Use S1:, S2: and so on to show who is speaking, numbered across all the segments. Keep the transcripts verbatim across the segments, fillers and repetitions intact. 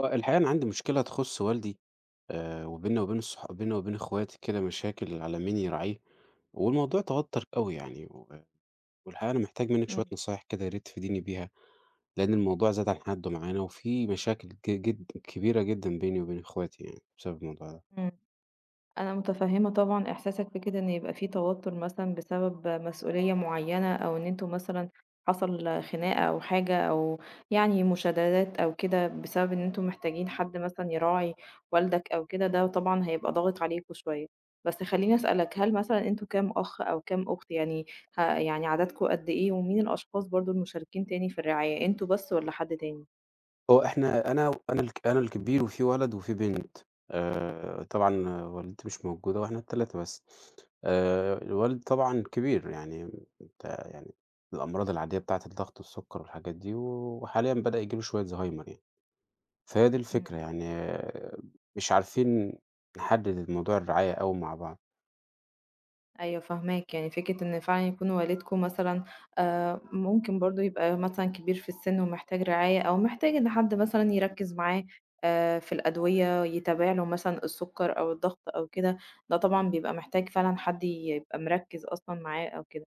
S1: آه، الحقيقة أنا عندي مشكلة تخُص والدي. آآ وبيننا وبين الصح بيننا وبين إخواتي كده مشاكل على مين يراعيه، والموضوع توتّر أوي يعني و والحقيقة أنا محتاج منِّك
S2: إمم،
S1: شوية نصايح كده يا ريت تفيديني بيها، لإن الموضوع زاد عن حدّه معانا وفي مشاكل ج جد كبيرة جدًا بيني وبين إخواتي يعني بسبب الموضوع ده.
S2: إمم، أنا متفهمة طبعًا إحساسك في كده إن يبقى في توتر مثلًا بسبب مسؤولية معيّنة، أو إن أنتم مثلًا حصل خناقة أو حاجة، أو يعني مشادات أو كده، بسبب إن أنتم محتاجين حد مثلًا يراعي والدك أو كده، ده طبعًا هيبقى ضاغط عليكم شوية. بس خلّيني أسألك، هل مثلًا أنتم كام أخ أو كام أخت يعني ه يعني عددكم قد إيه، ومين الأشخاص برضه المشاركين تاني في الرعاية، أنتم بس والّا حد تاني؟
S1: هو إحنا أنا أنا الك أنا الكبير وفي ولد وفي بنت. آآ طبعًا والدتي مش موجودة وإحنا الثلاثة بس. آآ الوالد طبعًا كبير، يعني أنت يعني الأمراض العادية بتاعة الضغط والسُكّر والحاجات دي، وحاليًا بدأ ييجي له شوية زهايمر يعني. فهي دي
S2: إمم،
S1: الفكرة
S2: إمم.
S1: يعني آه، مش عارفين نحدد الموضوع الرعاية أوي مع بعض.
S2: أيوه فاهماك، يعني فكرة إن فعلًا يكون والدكم مثلًا آآ، ممكن برضه يبقى مثلًا كبير في السن ومحتاج رعاية، أو محتاج إن حد مثلًا يركّز معاه آآ، في الأدوية، يتابع له مثلًا السكر أو الضغط أو كده، ده طبعًا بيبقى محتاج فعلًا حد يبقى مركّز أصلًا معاه أو كده.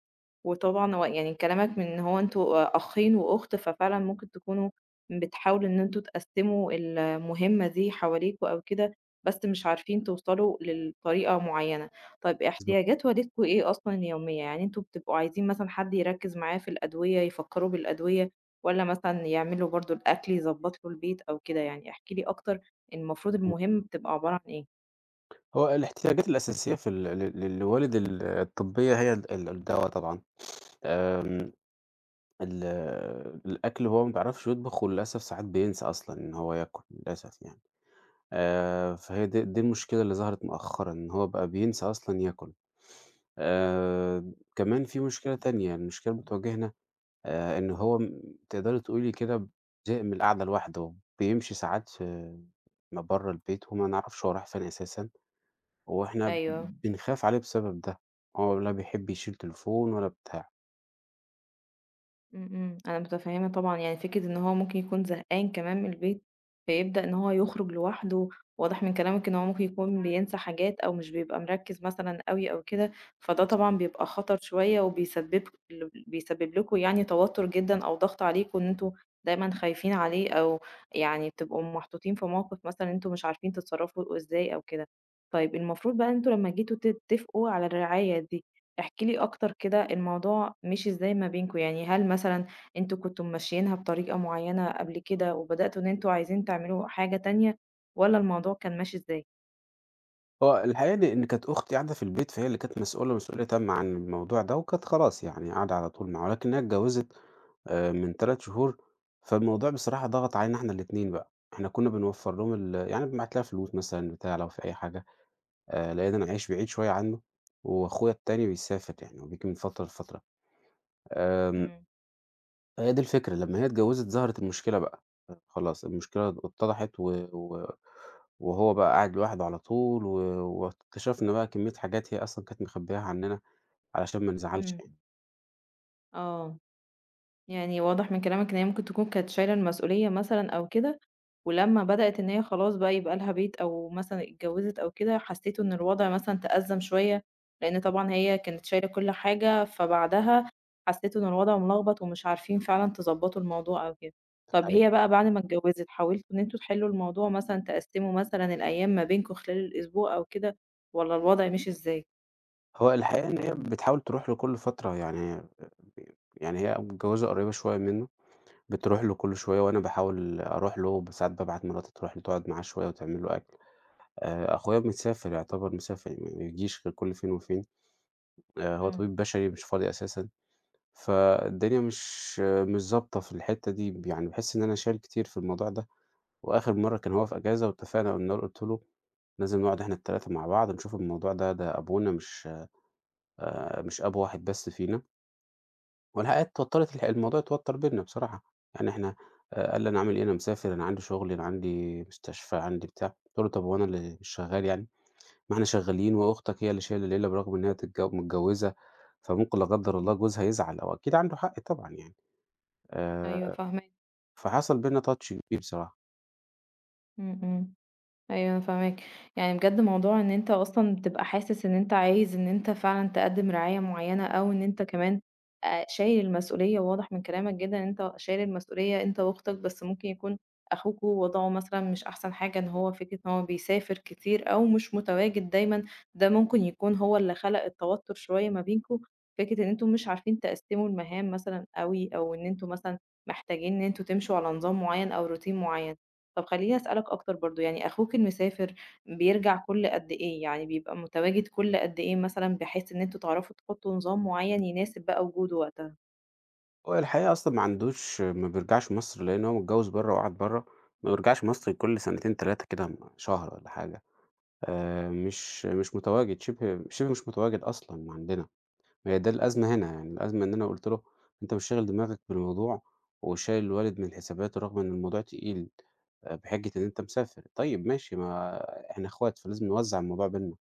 S2: وطبعًا هو يعني كلامك من إن هو أنتم أخين وأخت، ففعلًا ممكن تكونوا بتحاولوا إن أنتم تقسّموا المهمة دي حواليكم أو كده، بس مش عارفين توصلوا للطريقة معيّنة. طيب
S1: بالضبط.
S2: احتياجات والدكم إيه أصلًا اليومية؟ يعني أنتم بتبقوا عايزين مثلًا حد يركّز معاه في الأدوية، يفكّروا بالأدوية والّا مثلًا يعمل له برضه الأكل، يضبّط له البيت أو كده يعني؟ احكِ لي أكتر المفروض
S1: إمم.
S2: المهمة بتبقى عبارة عن إيه؟
S1: هو الاحتياجات الأساسية في ال لل للوالد ال الطبية هي ال ال الدوا طبعًا. آمم ال الأكل هو ما بيعرفش يطبخ وللأسف ساعات بينسى أصلًا إن هو ياكل للأسف يعني. آآ فهي دي دي المشكلة اللي ظهرت مؤخرًا، إن هو بقى بينسى أصلًا ياكل. آآ كمان في مشكلة تانية، المشكلة بتواجهنا، آآ إن هو م تقدري تقولي كده، زهق من القعدة لوحده، بيمشي ساعات في م برّه البيت وما نعرفش هو رايح فين أساسًا، وإحنا
S2: أيوه.
S1: بنخاف عليه بسبب ده، هو لا بيحب يشيل تليفون ولا بتاع.
S2: إمم، إمم، أنا متفهمة طبعًا، يعني فكرة إن هو ممكن يكون زهقان كمان من البيت، فيبدأ إن هو يخرج لوحده، واضح من كلامِك إن هو ممكن يكون بينسى حاجات أو مش بيبقى مركّز مثلًا أوي أو كده، فده طبعًا بيبقى خطر شوية وبيسبب ل بيسبب لكم يعني توتر جدًا أو ضغط عليكم إن أنتم دايمًا خايفين عليه أو يعني بتبقوا محطوطين في موقف مثلًا أنتم مش عارفين تتصرّفوا إزاي أو كده. طيب المفروض بقى أنتم لمّا جيتوا تتفقوا على الرعاية دي احكِ لي أكتر كده الموضوع مشي إزاي ما بينكم، يعني هل مثلًا أنتم كنتم ماشيينها بطريقة معيّنة قبل كده وبدأتوا إن أنتم عايزين تعملوا حاجة تانية والّا الموضوع كان ماشي إزاي؟
S1: هو الحقيقة دي إن كانت أختي قاعدة في البيت، فهي اللي كانت مسؤولة مسؤولية تامة عن الموضوع ده، وكانت خلاص يعني قاعدة على طول معاه، ولكنها اتجوزت آآ من تلات شهور، فالموضوع بصراحة ضغط علينا إحنا الاتنين بقى. إحنا كنا بنوفّر لهم ال يعني بنبعت لها فلوس مثلًا بتاع لو في أي حاجة، آآ لإن أنا عايش بعيد شوية عنه، وأخويا التاني بيسافر يعني هو بييجي من فترة لفترة. آمم
S2: إمم،
S1: هي دي الفكرة، لمّا هي اتجوّزت ظهرت المشكلة بقى، خلاص المشكلة اتضحت و و وهو بقى قاعد لوحده على طول، و واكتشفنا بقى كمية حاجات هي أصلًا كانت مخبّياها عنّنا علشان ما نزعّلش
S2: إمم،
S1: يعني.
S2: آه. يعني واضح من كلامك إن هي ممكن تكون كانت شايلة المسؤولية مثلًا أو كده، ولمّا بدأت إن هي خلاص بقى يبقى لها بيت أو مثلًا اتجوزت أو كده، حسيتوا إن الوضع مثلًا تأزم شوية، لإن طبعًا هي كانت شايلة كل حاجة، فبعدها حسيتوا إن الوضع ملخبط ومش عارفين فعلًا تضبطوا الموضوع أو كده. طب هي
S1: الحقيقة
S2: بقى بعد ما اتجوزت حاولتوا إن أنتم تحلوا الموضوع مثلًا، تقسموا مثلًا الأيام ما بينكم خلال الأسبوع أو كده، والّا الوضع مشي إزاي؟
S1: هو الحقيقة إن هي بتحاول تروح له كل فترة، يعني يعني هي متجوّزة قريّبة شوية منّه، بتروح له كل شوية وأنا باحاول أروح له، ب ساعات بابعت مراتي تروح له تقعد معاه شوية وتعمل له أكل. آآ أخويا مسافر، يعتبر مسافر، يعني ما بيجيش غير كل فين وفين. آآ هو
S2: إمم،
S1: طبيب بشري مش فاضي أساسًا. فالدنيا مش مش ضابطة في الحتّة دي، يعني باحس إن أنا شايل كتير في الموضوع ده. وآخر مرّة كان هو في إجازة واتفقنا، قلنا له قُلت له: "لازم نقعد إحنا التلاتة مع بعض نشوف الموضوع ده، ده أبونا مش آآ مش أب واحد بس فينا." والحقيقة اتوتّرت الح الموضوع اتوتّر بيننا بصراحة. يعني إحنا، آآ قال لي: "أنا عامل إيه؟ أنا مسافر، أنا عندي شغل، أنا عندي مستشفى، عندي بتاع." قُلت له: "طب هو أنا اللي مش شغّال يعني؟ ما إحنا شغّالين وأختك هي اللي شايلة الليلة برغم إن هي تتج متجوّزة، فممكن لا قدّر
S2: إمم،
S1: الله جوزها يزعل." هو أكيد عنده حق طبعًا يعني.
S2: أيوه
S1: آآ
S2: فاهماك،
S1: فحصل بيننا touch كبير بصراحة.
S2: إمم، إمم. أيوه أنا فاهماك، يعني بجد موضوع إن أنت أصلًا بتبقى حاسس إن أنت عايز إن أنت فعلًا تقدّم رعاية معيّنة، أو إن أنت كمان آآ شايل المسؤولية، وواضح من كلامك جدًا إن أنت شايل المسؤولية أنت وأختك، بس ممكن يكون أخوكم وضعه مثلًا مش أحسن حاجة، إن هو فكرة إن هو بيسافر كتير أو مش متواجد دايمًا، ده ممكن يكون هو اللي خلق التوتر شوية ما بينكم، فكرة إن أنتم مش عارفين تقسّموا المهام مثلًا أوي، أو إن أنتم مثلًا محتاجين إن أنتم تمشوا على نظام معيّن أو روتين معيّن. طب خلّيني أسألك أكتر برضه، يعني أخوك المسافر بيرجع كل قد إيه؟ يعني بيبقى متواجد كل قد إيه مثلًا بحيث إن أنتم تعرفوا تحطّوا نظام معيّن يناسب بقى وجوده وقتها؟
S1: هو الحقيقة أصلًا ما عندوش ما بيرجعش مصر، لإن هو متجوّز برّه وقاعد برّه، ما بيرجعش مصر كل سنتين، تلاتة كده م شهر والّا حاجة. آآ مش مش متواجد، شِبه شِبه مش متواجد أصلًا عندنا. هي ده الأزمة هنا، يعني الأزمة إن أنا قُلت له: "أنت مش شاغل دماغك بالموضوع وشايل الوالد من الحسابات رغم إن الموضوع تقيل، آآ بحجة إن أنت مسافر. طيب ماشي، ما إحنا إخوات فلازم نوزّع الموضوع بيننا."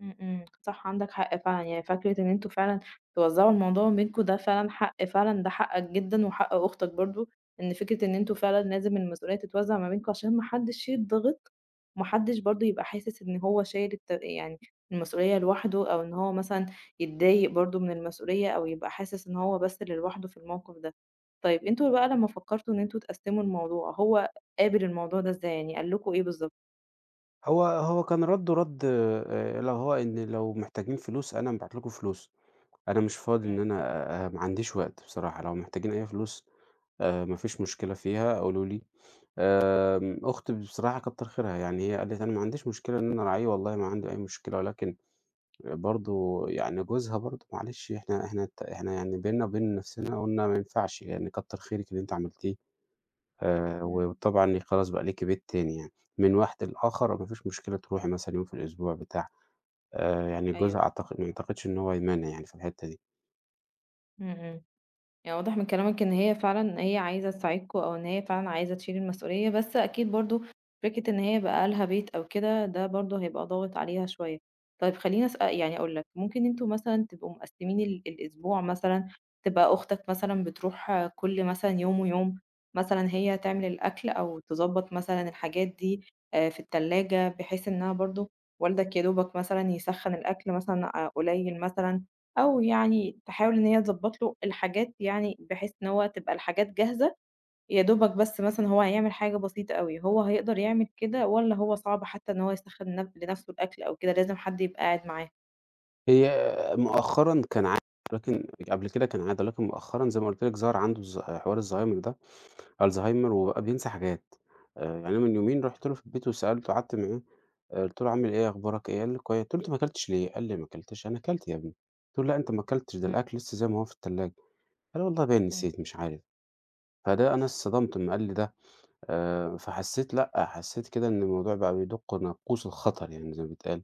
S2: إمم، إمم، صح عندك حق فعلًا، يعني فكرة إن أنتم فعلًا توزّعوا الموضوع بينكم ده فعلًا حق فعلًا ده حقك جدًا وحق أختك برضه، إن فكرة إن أنتم فعلًا لازم المسؤولية تتوزّع ما بينكم عشان ما حدّش يتضغط، وما حدّش برضه يبقى حاسس إن هو شايل الت يعني المسؤولية لوحده أو إن هو مثلًا يتضايق برضه من المسؤولية أو يبقى حاسس إن هو بس اللي لوحده في الموقف ده. طيب أنتم بقى لمّا فكّرتوا إن أنتم تقسّموا الموضوع، هو قابل الموضوع ده إزاي، يعني قال لكم إيه بالضبط؟
S1: هو هو كان رَدُّه رَد آآ اللي هو إن: "لو محتاجين فلوس أنا هابعت لكم فلوس، أنا مش فاضي، إن
S2: إمم.
S1: أنا آآ ما عنديش وقت بصراحة، لو محتاجين أي فلوس آآ ما فيش مشكلة فيها قولوا لي." آمم أختي بصراحة كتّر خيرها، يعني هي قالت: "أنا ما عنديش مشكلة إن أنا أراعيه، والله ما عندي أي مشكلة، ولكن برضه يعني جوزها، برضه معلش، إحنا إحنا ت إحنا يعني بيننا وبين نَفْسنا قُلنا ما ينفعش، يعني كتّر خيرِك اللي أنتِ عملتيه." آآ
S2: إمم.
S1: وطبعًا خلاص بقى ليكِ بيت تاني يعني، من واحد لآخر ما فيش مشكلة تروحي مثلًا يوم في الأسبوع بتاع. آآ يعني
S2: أيوه
S1: جوزها،
S2: فاهمة.
S1: أعتقد ما أعتقدش إن هو هيمانع يعني في الحتّة دي.
S2: إمم، إمم. يعني واضح من كلامك إن هي فعلًا هي عايزة تساعدكم أو إن هي فعلًا عايزة تشيل المسؤولية، بس أكيد برضه فكرة إن هي بقى لها بيت أو كده، ده برضه هيبقى ضاغط عليها شوية. طيب خلّيني أسأ يعني أقول لك، ممكن أنتم مثلًا تبقوا مقسّمين ال الأسبوع مثلًا، تبقى أختك مثلًا بتروح كل مثلًا يوم ويوم، مثلًا هي تعمل الأكل أو تضبّط مثلًا الحاجات دي آآ في التلاجة، بحيث إنها برضه والدك يا دوبك مثلًا يسخّن الأكل مثلًا ع قليل مثلًا، أو يعني تحاول إن هي تضبّط له الحاجات يعني بحيث إن هو تبقى الحاجات جاهزة، يا دوبك بس مثلًا هو هيعمل حاجة بسيطة أوي، هو هيقدر يعمل كده والّا هو صعب حتى إن هو يسخّن نف لنفسه الأكل أو كده لازم حد يبقى قاعد معاه؟
S1: هي مؤخرًا كان عادة، لكن قبل كده كان عادة، لكن مؤخرًا زي ما قُلت لِك ظهر عنده الز حوار الزهايمر ده الزهايمر وبقى
S2: إمم،
S1: بينسى حاجات. آآ يعني أنا من يومين رُحت له في البيت وسألته، قعدت معاه، آآ قُلت له: "عامل إيه، أخبارك إيه؟" قال لي: "كوي." قُلت له: "أنت ما أكلتش ليه؟" قال لي: "ما أكلتش. أنا أكلت يا ابني." قُلت له: "لأ، أنت ما أكلتش، ده
S2: إمم،
S1: الأكل لسه زي ما هو في التلاجة." قال: "والله باين
S2: إمم،
S1: نسيت، مش عارف." فده أنا اتصدمت أمّا قال لي ده. آآ، فحسيت لأ، حسيت كده إن الموضوع بقى بيدق ناقوس الخطر يعني زي ما بيتقال،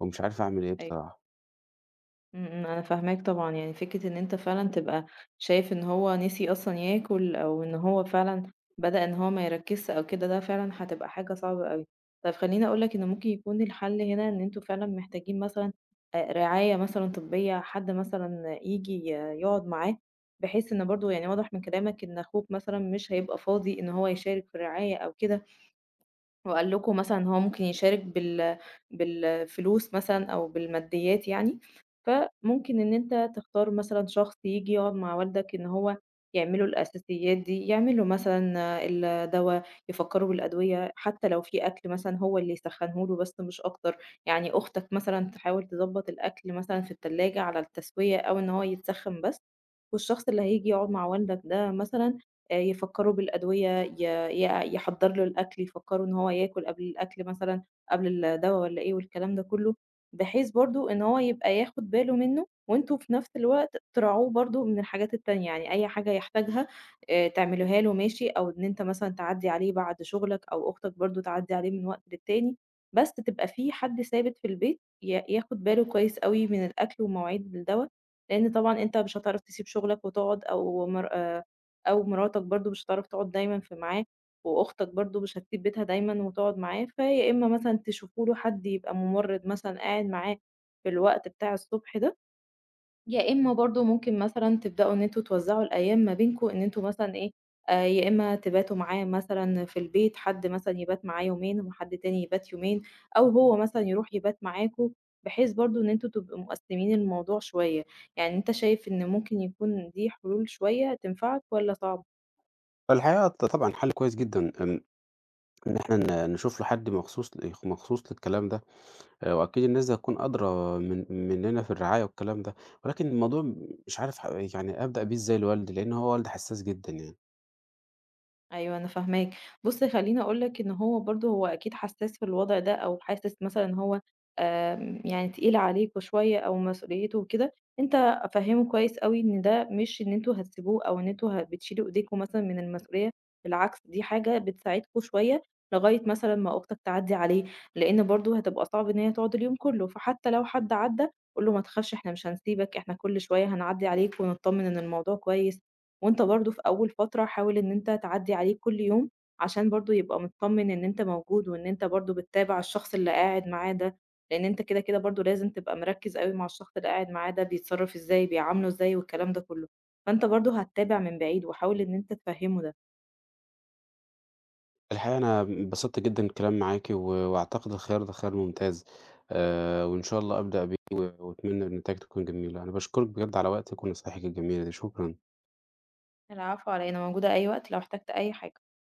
S1: ومش عارف أعمل إيه
S2: أيوه.
S1: بصراحة.
S2: إمم، إمم، أنا فاهماك طبعًا، يعني فكرة إن أنت فعلًا تبقى شايف إن هو نسي أصلًا ياكل أو إن هو فعلًا بدأ إن هو ما يركّزش أو كده، ده فعلًا هتبقى حاجة صعبة أوي. طَب خلّيني أقول لك إن ممكن يكون الحل هنا إن أنتم فعلًا محتاجين مثلًا آآ رعاية مثلًا طبّية، حد مثلًا ييجي ي يقعد معاه، بحيث إن برضه يعني واضح من كلامك إن أخوك مثلًا مش هيبقى فاضي إن هو يشارك في الرعاية أو كده. وقال لكم مثلًا إن هو ممكن يشارك بال بالفلوس مثلًا أو بالماديات يعني، فممكن إن أنت تختار مثلًا شخص ييجي يقعد مع والدك إن هو يعملوا الأساسيات دي، يعمل له مثلًا الدوا، يفكّروا بالأدوية، حتى لو في أكل مثلًا هو اللي يسخّنه له بس مش أكتر، يعني أختك مثلًا تحاول تضبّط الأكل مثلًا في التلاجة على التسوية أو إن هو يتسخّن بس، والشخص اللي هييجي يقعد مع والدك ده مثلًا آآ يفكّروا بالأدوية، ي ي يحضّر له الأكل، يفكّروا إن هو ياكل قبل الأكل مثلًا، قبل الدوا والّا إيه والكلام ده كلّه، بحيث برضه إن هو يبقى ياخد باله منّه وأنتم في نفس الوقت تراعوه برضه من الحاجات التانية، يعني أي حاجة يحتاجها آآ تعملوها له ماشي، أو إن أنت مثلًا تعدّي عليه بعد شغلك أو أختك برضه تعدّي عليه من وقت للتاني، بس تبقى في حد ثابت في البيت ي ياخد باله كويس أوي من الأكل ومواعيد الدوا، لإن طبعًا أنت مش هتعرف تسيب شغلك وتقعد أو مر آآ أو مراتك برضه مش هتعرف تقعد دايمًا في معاه، وأختك برضه مش هتسيب بيتها دايمًا وتقعد معاه، فيا إما مثلًا تشوفوا له حد يبقى ممرّض مثلًا قاعد معاه في الوقت بتاع الصبح ده، يا إما برضه ممكن مثلًا تبدأوا إن أنتم توزّعوا الأيام ما بينكم إن أنتم مثلًا إيه، آآ يا إما تباتوا معاه مثلًا في البيت، حد مثلًا يبات معاه يومين وحد تاني يبات يومين، أو هو مثلًا يروح يبات معاكم، بحيث برضه إن أنتم تبقوا مقسّمين الموضوع شوية، يعني أنت شايف إن ممكن يكون دي حلول شوية تنفعك والّا صعب؟
S1: فالحقيقة ط طبعًا حل كويس جدًا إن إن إحنا ن نشوف له حد مخصوص ل مخصوص للكلام ده. آآ، وأكيد الناس دي هتكون أدرى من مننا في الرعاية والكلام ده، ولكن الموضوع مش عارف ح يعني أبدأ بيه إزاي لوالدي، لأن هو والدي حساس جدًا يعني.
S2: أيوه أنا فاهماك. بُص خلّيني أقول لك إن هو برضه هو أكيد حسّاس في الوضع ده أو حاسس مثلًا إن هو آمم، يعني تقيل عليكم شوية أو مسؤوليته وكده، أنت فهِّمه كويس أوي إن ده مش إن أنتم هتسيبوه أو إن أنتم ه بتشيلوا إيديكم مثلًا من المسؤولية، بالعكس دي حاجة بتساعدكم شوية لغاية مثلًا ما أختك تعدّي عليه، لإن برضه هتبقى صعب إن هي تقعد اليوم كلّه، فحتى لو حد عدّى قُل له ما تخافش إحنا مش هنسيبك، إحنا كل شوية هنعدّي عليك ونتطمن إن الموضوع كويس. وأنت برضه في أول فترة حاول إن أنت تعدّي عليه كل يوم، عشان برضه يبقى متطمن إن أنت موجود، وإن أنت برضه بتتابع الشخص اللي قاعد معاه ده، لإن أنت كده، كده برضه لازم تبقى مركّز أوي مع الشخص اللي قاعد معاه ده بيتصرّف إزاي، بيعامله إزاي والكلام ده كلّه، فأنت برضه هتتابع من بعيد وحاول إن أنت تفهّمه ده.
S1: الحقيقة أنا انبسطت جدًا الكلام معاكِ، و وأعتقد الخيار ده خيار ممتاز. آآ، وإن شاء الله أبدأ بيه، و وأتمنى النتايج تكون جميلة. أنا باشكرِك بجد على وقتِك ونصايحِك الجميلة دي، شكرًا.
S2: العفو على إيه، أنا موجودة أي وقت لو احتجت أي حاجة.